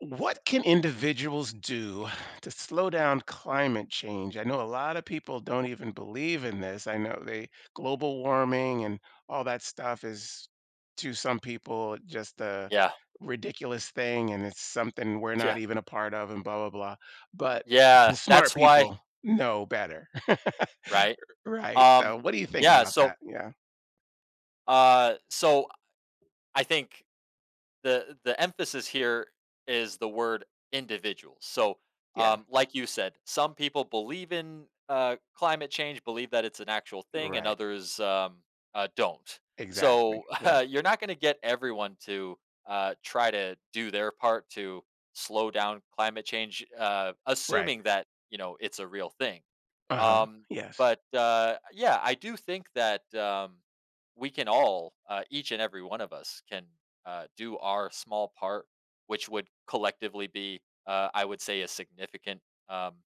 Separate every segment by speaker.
Speaker 1: What can individuals do to slow down climate change? I know a lot of people don't even believe in this. I know they global warming and all that stuff is to some people just a
Speaker 2: Yeah,
Speaker 1: ridiculous thing, and it's something we're not
Speaker 2: yeah,
Speaker 1: even a part of and blah blah blah. But the
Speaker 2: yeah,
Speaker 1: smart
Speaker 2: that's why,
Speaker 1: people know better.
Speaker 2: right?
Speaker 1: Right. So
Speaker 2: Um,
Speaker 1: what do you think
Speaker 2: yeah,
Speaker 1: about that?
Speaker 2: so,
Speaker 1: Yeah.
Speaker 2: so I think the emphasis here is the word individuals. So,
Speaker 1: Yeah.
Speaker 2: like you said, some people believe in climate change, believe that it's an actual thing, and
Speaker 1: Right.
Speaker 2: others don't.
Speaker 1: Exactly.
Speaker 2: So,
Speaker 1: Yeah.
Speaker 2: you're not going to get everyone to try to do their part to slow down climate change,
Speaker 1: Right.
Speaker 2: assuming that you know it's a real thing.
Speaker 1: Uh-huh.
Speaker 2: Um,
Speaker 1: Yes.
Speaker 2: but yeah, I do think that we can all, each and every one of us, can do our small part, which would collectively be, I would say, a significant um,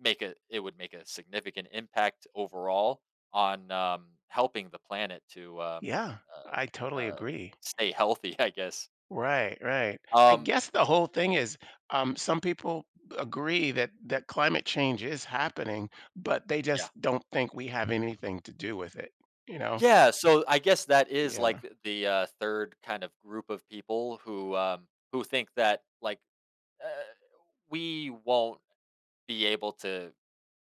Speaker 2: make a it would make a significant impact overall on, helping the planet to
Speaker 1: Yeah. I
Speaker 2: uh,
Speaker 1: totally
Speaker 2: uh,
Speaker 1: agree.
Speaker 2: stay healthy. I guess.
Speaker 1: Right, right. I
Speaker 2: Um,
Speaker 1: guess the whole thing is, some people agree that climate change is happening, but they
Speaker 2: yeah,
Speaker 1: just don't think we have anything to do with it, you know?
Speaker 2: yeah. So I guess that is like
Speaker 1: Yeah.
Speaker 2: the third kind of group of people who think that like uh, we won't be able to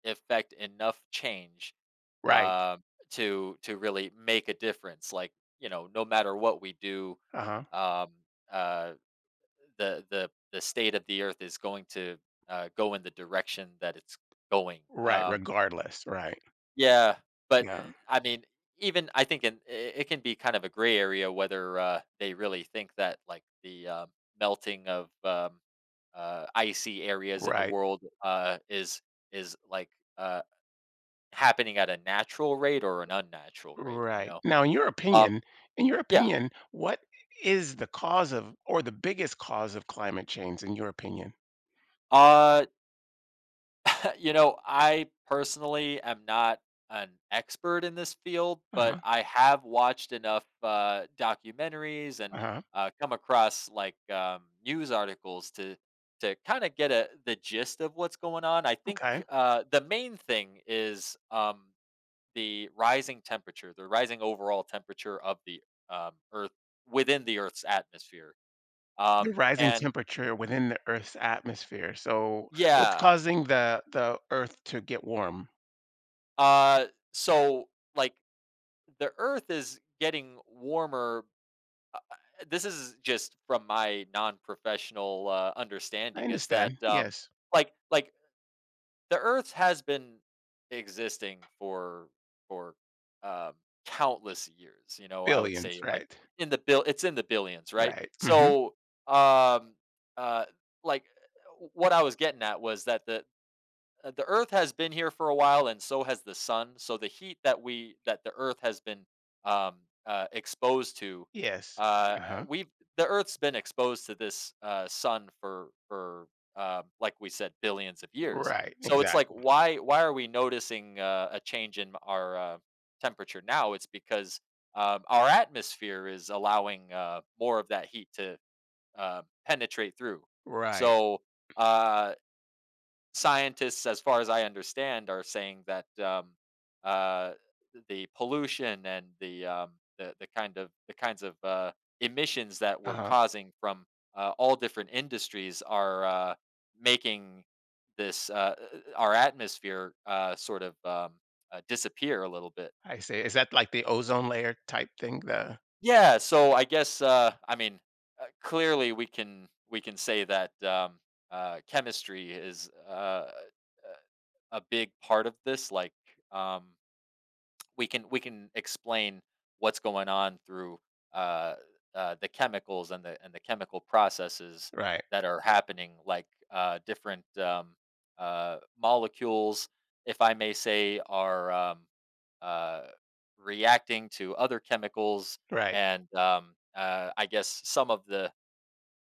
Speaker 2: effect enough change,
Speaker 1: Right.
Speaker 2: um, to really make a difference. Like, you know, no matter what we do,
Speaker 1: Uh-huh.
Speaker 2: um, uh, the state of the earth is going to go in the direction that it's going.
Speaker 1: Right, regardless, right.
Speaker 2: Yeah, but
Speaker 1: Yeah.
Speaker 2: I mean, even I think in, it can be kind of a gray area whether they really think that like the, melting of icy areas in the
Speaker 1: Right.
Speaker 2: world is is Uh, happening at a natural rate or an unnatural rate, you
Speaker 1: Right.
Speaker 2: know?
Speaker 1: Now,
Speaker 2: Um,
Speaker 1: in your
Speaker 2: yeah,
Speaker 1: opinion, what is the cause of or the biggest cause of climate change in your opinion?
Speaker 2: uh, you know, I personally am not an expert in this field, but
Speaker 1: Uh-huh.
Speaker 2: I have watched enough, documentaries and,
Speaker 1: Uh-huh.
Speaker 2: come across, like, news articles to kinda get a the gist of what's going on. I think,
Speaker 1: Okay.
Speaker 2: the main thing is, the rising temperature, the rising overall temperature of the, Earth within the Earth's atmosphere.
Speaker 1: The
Speaker 2: Um,
Speaker 1: rising
Speaker 2: and
Speaker 1: temperature within the Earth's atmosphere. So, what's
Speaker 2: yeah,
Speaker 1: causing the Earth to get warm?
Speaker 2: uh, so like the Earth is getting warmer. This is just from my non-professional
Speaker 1: I
Speaker 2: understanding is
Speaker 1: understand.
Speaker 2: that, um,
Speaker 1: Yes.
Speaker 2: like like the Earth has been existing for for um, countless years. You know, I would
Speaker 1: Billions,
Speaker 2: say like
Speaker 1: right.
Speaker 2: in the bill, it's in the billions, right?
Speaker 1: Right. Mhm.
Speaker 2: So um, uh, like, what I was getting at was that the, the earth has been here for a while, and so has the sun. So the heat that we that the earth has been, um, exposed to,
Speaker 1: Yes.
Speaker 2: uh,
Speaker 1: Uh-huh.
Speaker 2: we've the earth's been exposed to this sun for like we said billions of years,
Speaker 1: Right,
Speaker 2: so it's like
Speaker 1: exactly.
Speaker 2: why are we noticing a change in our temperature now? It's because, our atmosphere is allowing more of that heat to penetrate through.
Speaker 1: Right.
Speaker 2: So uh, scientists, as far as I understand, are saying that uh, the pollution and the, the kinds of emissions that we're
Speaker 1: Uh-huh.
Speaker 2: causing from all different industries are making this, our atmosphere sort of disappear a little bit.
Speaker 1: I see. Is that like the ozone layer type thing? The
Speaker 2: Yeah, so I guess, I mean, clearly we can say that, chemistry is. Uh, a big part of this. Like, um, we can explain what's going on through, uh, the chemicals and the chemical processes
Speaker 1: right,
Speaker 2: that are happening, like different, molecules, if I may say, are uh, reacting to other chemicals,
Speaker 1: right.
Speaker 2: and I guess some of the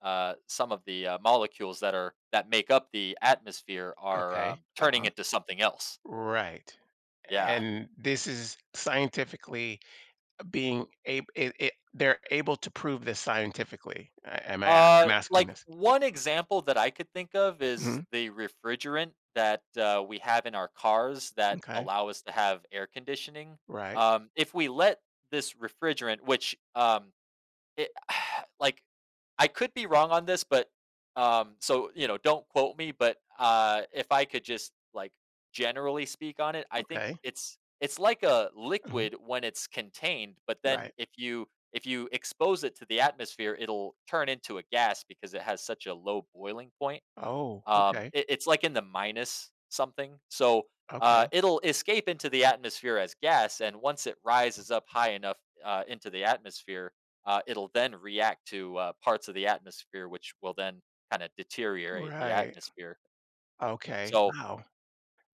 Speaker 2: molecules that are that make up the atmosphere are
Speaker 1: Okay.
Speaker 2: turning
Speaker 1: Uh-huh.
Speaker 2: into something else.
Speaker 1: Right.
Speaker 2: Yeah.
Speaker 1: And this is scientifically being able. It they're able to prove this scientifically. A am I'm asking
Speaker 2: Like
Speaker 1: this.
Speaker 2: one example that I could think of is
Speaker 1: Mhm.
Speaker 2: the refrigerant that we have in our cars that
Speaker 1: Okay.
Speaker 2: allow us to have air conditioning.
Speaker 1: Right.
Speaker 2: If we let this refrigerant, which it like, I could be wrong on this, but, so, you know, don't quote me, but, if I could just, like, generally speak on it, I think
Speaker 1: Okay.
Speaker 2: it's like a
Speaker 1: Mhm.
Speaker 2: liquid when it's contained, but then
Speaker 1: Right.
Speaker 2: if you expose it to the atmosphere, it'll turn into a gas because it has such a low boiling point.
Speaker 1: Oh, okay.
Speaker 2: It's like in the minus something. So
Speaker 1: Okay.
Speaker 2: it'll escape into the atmosphere as gas, and once it rises up high enough into the atmosphere, it'll then react to parts of the atmosphere, which will then kind of deteriorate the
Speaker 1: Right.
Speaker 2: atmosphere.
Speaker 1: Okay.
Speaker 2: So,
Speaker 1: Wow.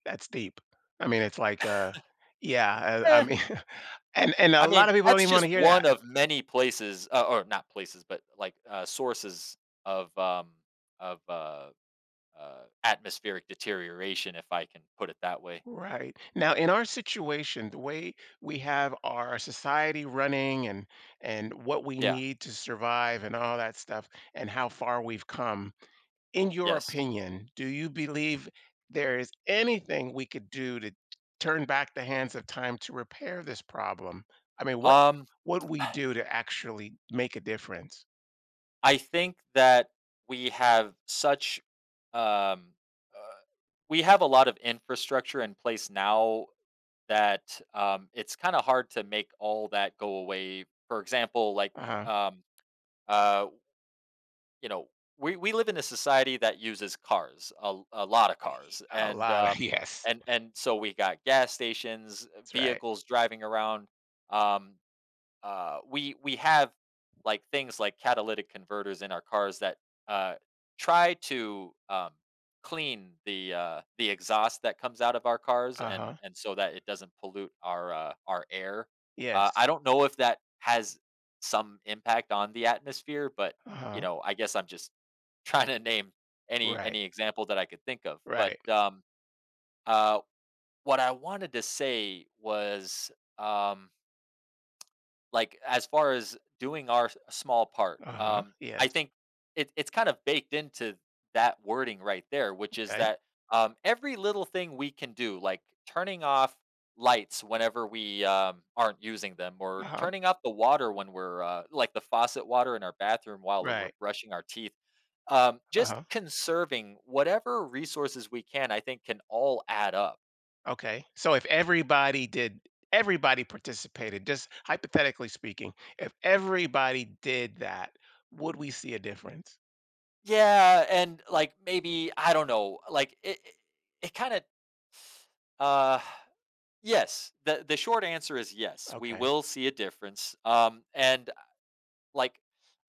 Speaker 1: That's deep. I mean, it's like, yeah, I
Speaker 2: eh,
Speaker 1: mean, and a
Speaker 2: I
Speaker 1: lot
Speaker 2: mean,
Speaker 1: of people don't
Speaker 2: that's
Speaker 1: even want to
Speaker 2: just
Speaker 1: hear
Speaker 2: one
Speaker 1: that.
Speaker 2: of many places, or not places, but like sources of of uh, atmospheric deterioration, if I can put it that way.
Speaker 1: Right. Now, in our situation, the way we have our society running and what we
Speaker 2: Yeah.
Speaker 1: need to survive and all that stuff and how far we've come, in your
Speaker 2: Yes.
Speaker 1: opinion, do you believe there is anything we could do to turn back the hands of time to repair this problem? I mean,
Speaker 2: Um,
Speaker 1: what we do to actually make a difference?
Speaker 2: I think that we have such, um, uh, we have a lot of infrastructure in place now that, it's kind of hard to make all that go away. For example, like,
Speaker 1: Uh-huh.
Speaker 2: um, uh, you know, we live in a society that uses cars, a lot of cars,
Speaker 1: A lot of, yes.
Speaker 2: and so we got gas stations,
Speaker 1: That's right.
Speaker 2: vehicles driving around. Um, we have like things like catalytic converters in our cars that uh, try to clean the, the exhaust that comes out of our cars and
Speaker 1: Uh-huh.
Speaker 2: so that it doesn't pollute our, our air.
Speaker 1: Yes.
Speaker 2: I don't know if that has some impact on the atmosphere, but you
Speaker 1: Uh-huh.
Speaker 2: know, I guess I'm just trying to name
Speaker 1: Right.
Speaker 2: any example that I could think of. But
Speaker 1: Right.
Speaker 2: uh, what I wanted to say was. Um, like, as far as doing our s small part,
Speaker 1: Uh-huh. Yes.
Speaker 2: I think it's kind of baked into that wording right there, which is
Speaker 1: Okay.
Speaker 2: that, every little thing we can do, like turning off lights whenever we, aren't using them, or
Speaker 1: Uh-huh.
Speaker 2: turning off the water when we're, the faucet water in our bathroom while we're
Speaker 1: Right.
Speaker 2: brushing our teeth, just
Speaker 1: Uh-huh.
Speaker 2: conserving whatever resources we can, I think, can all add up.
Speaker 1: Okay. So if everybody did, everybody participated, just hypothetically speaking, if everybody did that, would we see a difference?
Speaker 2: Yeah, and, like, maybe I don't know, like, it kinda Uh, yes. The short answer is yes, we
Speaker 1: Okay.
Speaker 2: will see a difference, and, like,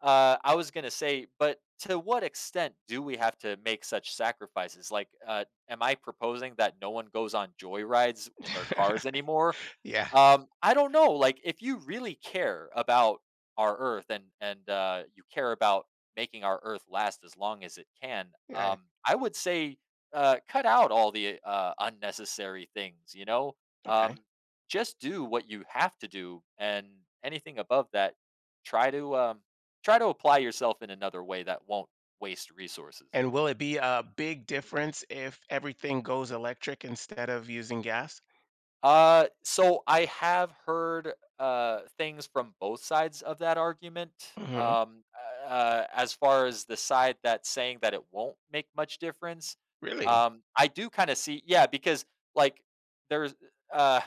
Speaker 2: I was gonna say, but to what extent do we have to make such sacrifices? Like, am I proposing that no one goes on joyrides in their cars anymore?
Speaker 1: Yeah.
Speaker 2: I don't know, like, if you really care about our Earth and you care about making our Earth last as long as it can,
Speaker 1: Yeah.
Speaker 2: I would say, cut out all the, unnecessary things, you know?
Speaker 1: Okay.
Speaker 2: Um, just do what you have to do, and anything above that, try to, try to apply yourself in another way that won't waste resources.
Speaker 1: And will it be a big difference if everything goes electric instead of using gas?
Speaker 2: So I have heard things from both sides of that argument.
Speaker 1: Hmm.
Speaker 2: As far as the side that's saying that it won't make much difference,
Speaker 1: Really?
Speaker 2: I do kind of see, yeah, because like there's, uh,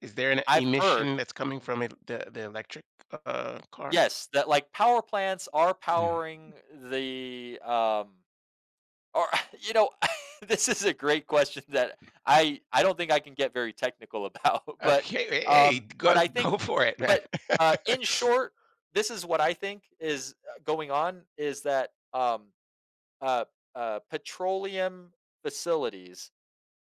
Speaker 1: Is there an
Speaker 2: I've heard,
Speaker 1: emission that's coming from it, the electric car?
Speaker 2: yes, that like power plants are
Speaker 1: Mm.
Speaker 2: powering the, or you know, this is a great question that I don't think I can get very technical about,
Speaker 1: Okay. Hey, hey,
Speaker 2: but
Speaker 1: go
Speaker 2: I think
Speaker 1: go for it, man.
Speaker 2: But, in short, this is what I think is, going on is that, uh, petroleum facilities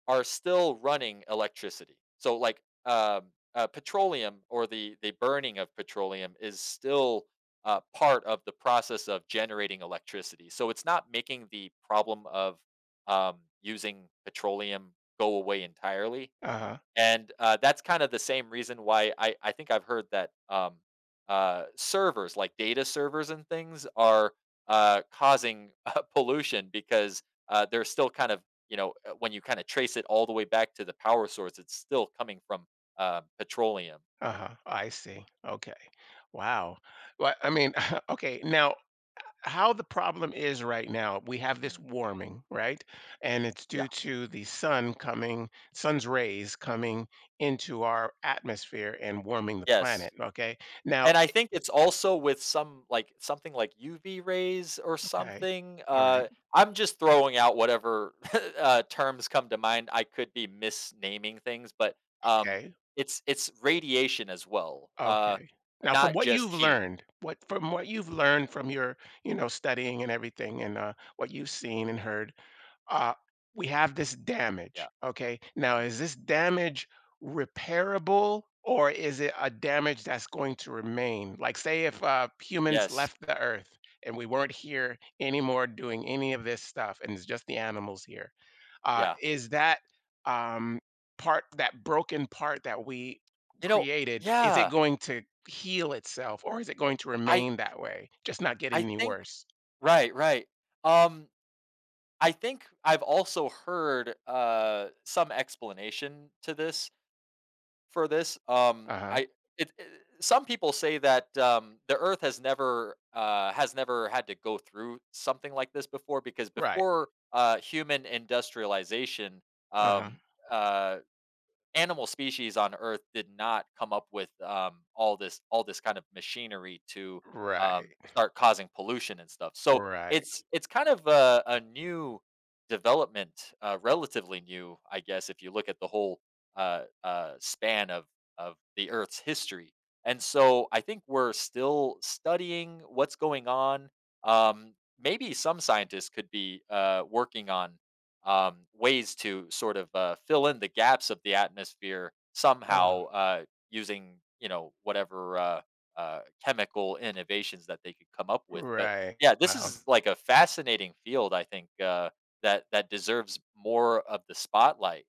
Speaker 2: are still running electricity. So, like, petroleum or the, burning of petroleum is still, part of the process of generating electricity. So it's not making the problem of, using petroleum go away entirely.
Speaker 1: Uh.
Speaker 2: And, that's kind of the same reason why I think I've heard that, servers, like data servers and things are, causing, pollution because, they're still kind of, you know, when you kinda trace it all the way back to the power source, it's still coming from, petroleum.
Speaker 1: Uh-huh. I see. Okay. Wow. Well, I mean, okay. Now, how the problem is right now, we have this
Speaker 2: Mm.
Speaker 1: warming, right? And it's
Speaker 2: Yeah.
Speaker 1: due to the sun coming, sun's rays coming into our atmosphere and warming the
Speaker 2: Yes.
Speaker 1: planet. Okay. Now,
Speaker 2: And I think it's also with some, like something like UV rays or
Speaker 1: okay.
Speaker 2: something,
Speaker 1: All right.
Speaker 2: I'm just throwing out whatever, terms come to mind. I could be misnaming things, but, um,
Speaker 1: Okay.
Speaker 2: it's radiation as well,
Speaker 1: Okay. Now, from
Speaker 2: not
Speaker 1: what
Speaker 2: just
Speaker 1: you've
Speaker 2: heat.
Speaker 1: learned, what from what you've learned from your, you know, studying and everything, and what you've seen and heard, uh, we have this
Speaker 2: Yeah.
Speaker 1: damage. Okay. Now, is this damage repairable or is it a damage that's going to remain? Like, say, if humans
Speaker 2: Yes.
Speaker 1: left the earth and we weren't here anymore doing any of this stuff and it's just the animals here,
Speaker 2: Yeah.
Speaker 1: is that um, part, that broken part that we
Speaker 2: You know,
Speaker 1: created, is it
Speaker 2: yeah.
Speaker 1: going to heal itself or is it going to
Speaker 2: I
Speaker 1: remain that way, just not get
Speaker 2: I
Speaker 1: any
Speaker 2: think
Speaker 1: worse?
Speaker 2: right, right. Um, I think I've also heard, some explanation to this.
Speaker 1: Uh huh.
Speaker 2: Some people say that the Earth has never had to go through something like this before, because
Speaker 1: Right.
Speaker 2: before human industrialization,
Speaker 1: Uh huh.
Speaker 2: um, uh, animal species on earth did not come up with all this kind of machinery to
Speaker 1: Right.
Speaker 2: start causing pollution and stuff, so
Speaker 1: Right.
Speaker 2: it's kind of a new development, relatively new, I guess, if you look at the whole span of the earth's history, and so I think we're still studying what's going on. um, Maybe some scientists could be working on ways to sort of fill in the gaps of the atmosphere
Speaker 1: Oh,
Speaker 2: somehow, using you know whatever chemical innovations that they could come up with. But
Speaker 1: right.
Speaker 2: yeah, this
Speaker 1: Wow.
Speaker 2: is like a fascinating field. I think that that deserves more of the spotlight.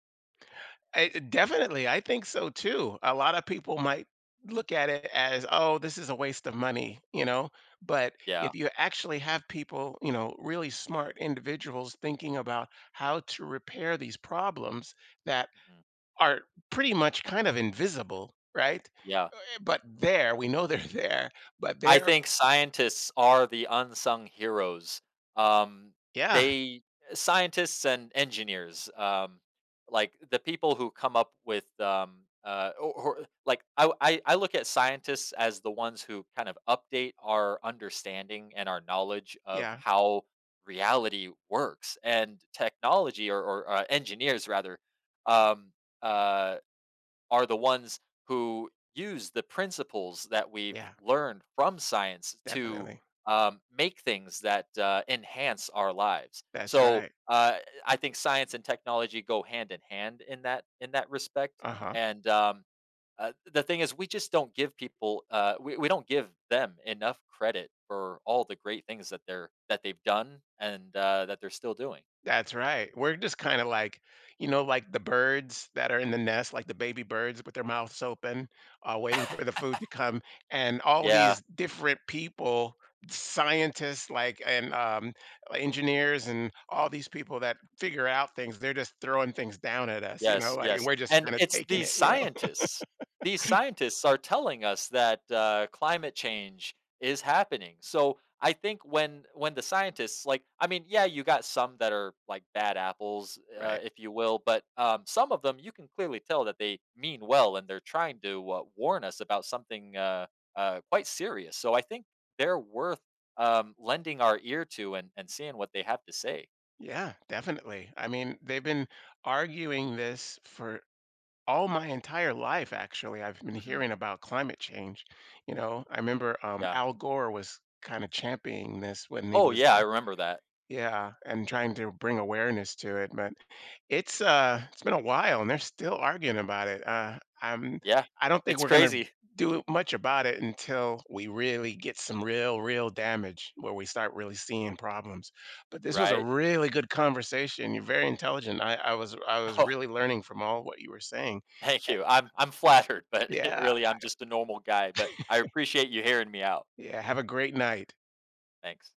Speaker 1: I definitely, I think so too. A lot of people might look at it as, "Oh, this is a waste of money," you know? But
Speaker 2: Yeah,
Speaker 1: if you actually have people, you know, really smart individuals thinking about how to repair these problems that
Speaker 2: mhm,
Speaker 1: are pretty much kind of invisible, right?
Speaker 2: yeah.
Speaker 1: Eh, but there, we know they're there, but
Speaker 2: I
Speaker 1: they're
Speaker 2: think scientists are the unsung heroes. Um,
Speaker 1: yeah,
Speaker 2: they Scientists and engineers, like the people who come up with like I look at scientists as the ones who kind of update our understanding and our knowledge of
Speaker 1: yeah,
Speaker 2: how reality works and technology or, engineers rather, um, uh, are the ones who use the principles that we've
Speaker 1: yeah,
Speaker 2: learned from science to
Speaker 1: definitely.
Speaker 2: make things that enhance our lives.
Speaker 1: That's
Speaker 2: So
Speaker 1: right.
Speaker 2: I think science and technology go hand in hand in that respect.
Speaker 1: Uh-huh.
Speaker 2: And the thing is, we just don't give people we don't give them enough credit for all the great things that they've done, and that they're still doing.
Speaker 1: That's right. We're just kinda like, you know, like the birds that are in the nest, like the baby birds with their mouths open, waiting for the food to come, and all
Speaker 2: Yeah,
Speaker 1: these different people, scientists, like, and, engineers and all these people that figure out things, they're just throwing things down at us, you know,
Speaker 2: yes,
Speaker 1: like, and we're just
Speaker 2: and
Speaker 1: kinda
Speaker 2: it's
Speaker 1: taking
Speaker 2: these
Speaker 1: it, you know?
Speaker 2: scientists. These scientists are telling us that, climate change is happening, so I think when the scientists like I mean, yeah, you got some that are, like, bad apples,
Speaker 1: Right.
Speaker 2: if you will, but, some of them, you can clearly tell that they mean well, and they're trying to, warn us about something, quite serious, so I think they're worth, lending our ear to, and seeing what they have to say.
Speaker 1: Yeah, definitely. I mean, they've been arguing this for all my entire life. Actually, I've been
Speaker 2: Mhm,
Speaker 1: hearing about climate change. You know, I remember,
Speaker 2: yeah.
Speaker 1: Al Gore was kind of championing this when he
Speaker 2: Oh,
Speaker 1: was
Speaker 2: yeah, I remember that.
Speaker 1: yeah and trying to bring awareness to it. But it's been a while and they're still arguing about it. I'm,
Speaker 2: Yeah,
Speaker 1: I don't think
Speaker 2: it's
Speaker 1: we're gonna
Speaker 2: crazy,
Speaker 1: do much about it until we really get some real real damage where we start really seeing problems. But this was a
Speaker 2: right?
Speaker 1: really good conversation. You're very intelligent. I was
Speaker 2: Oh,
Speaker 1: really learning from all what you were saying.
Speaker 2: thank you. I'm flattered, but
Speaker 1: Yeah.
Speaker 2: really I'm just a normal guy, but I appreciate you hearing me out.
Speaker 1: Yeah, have a great night.
Speaker 2: Thanks.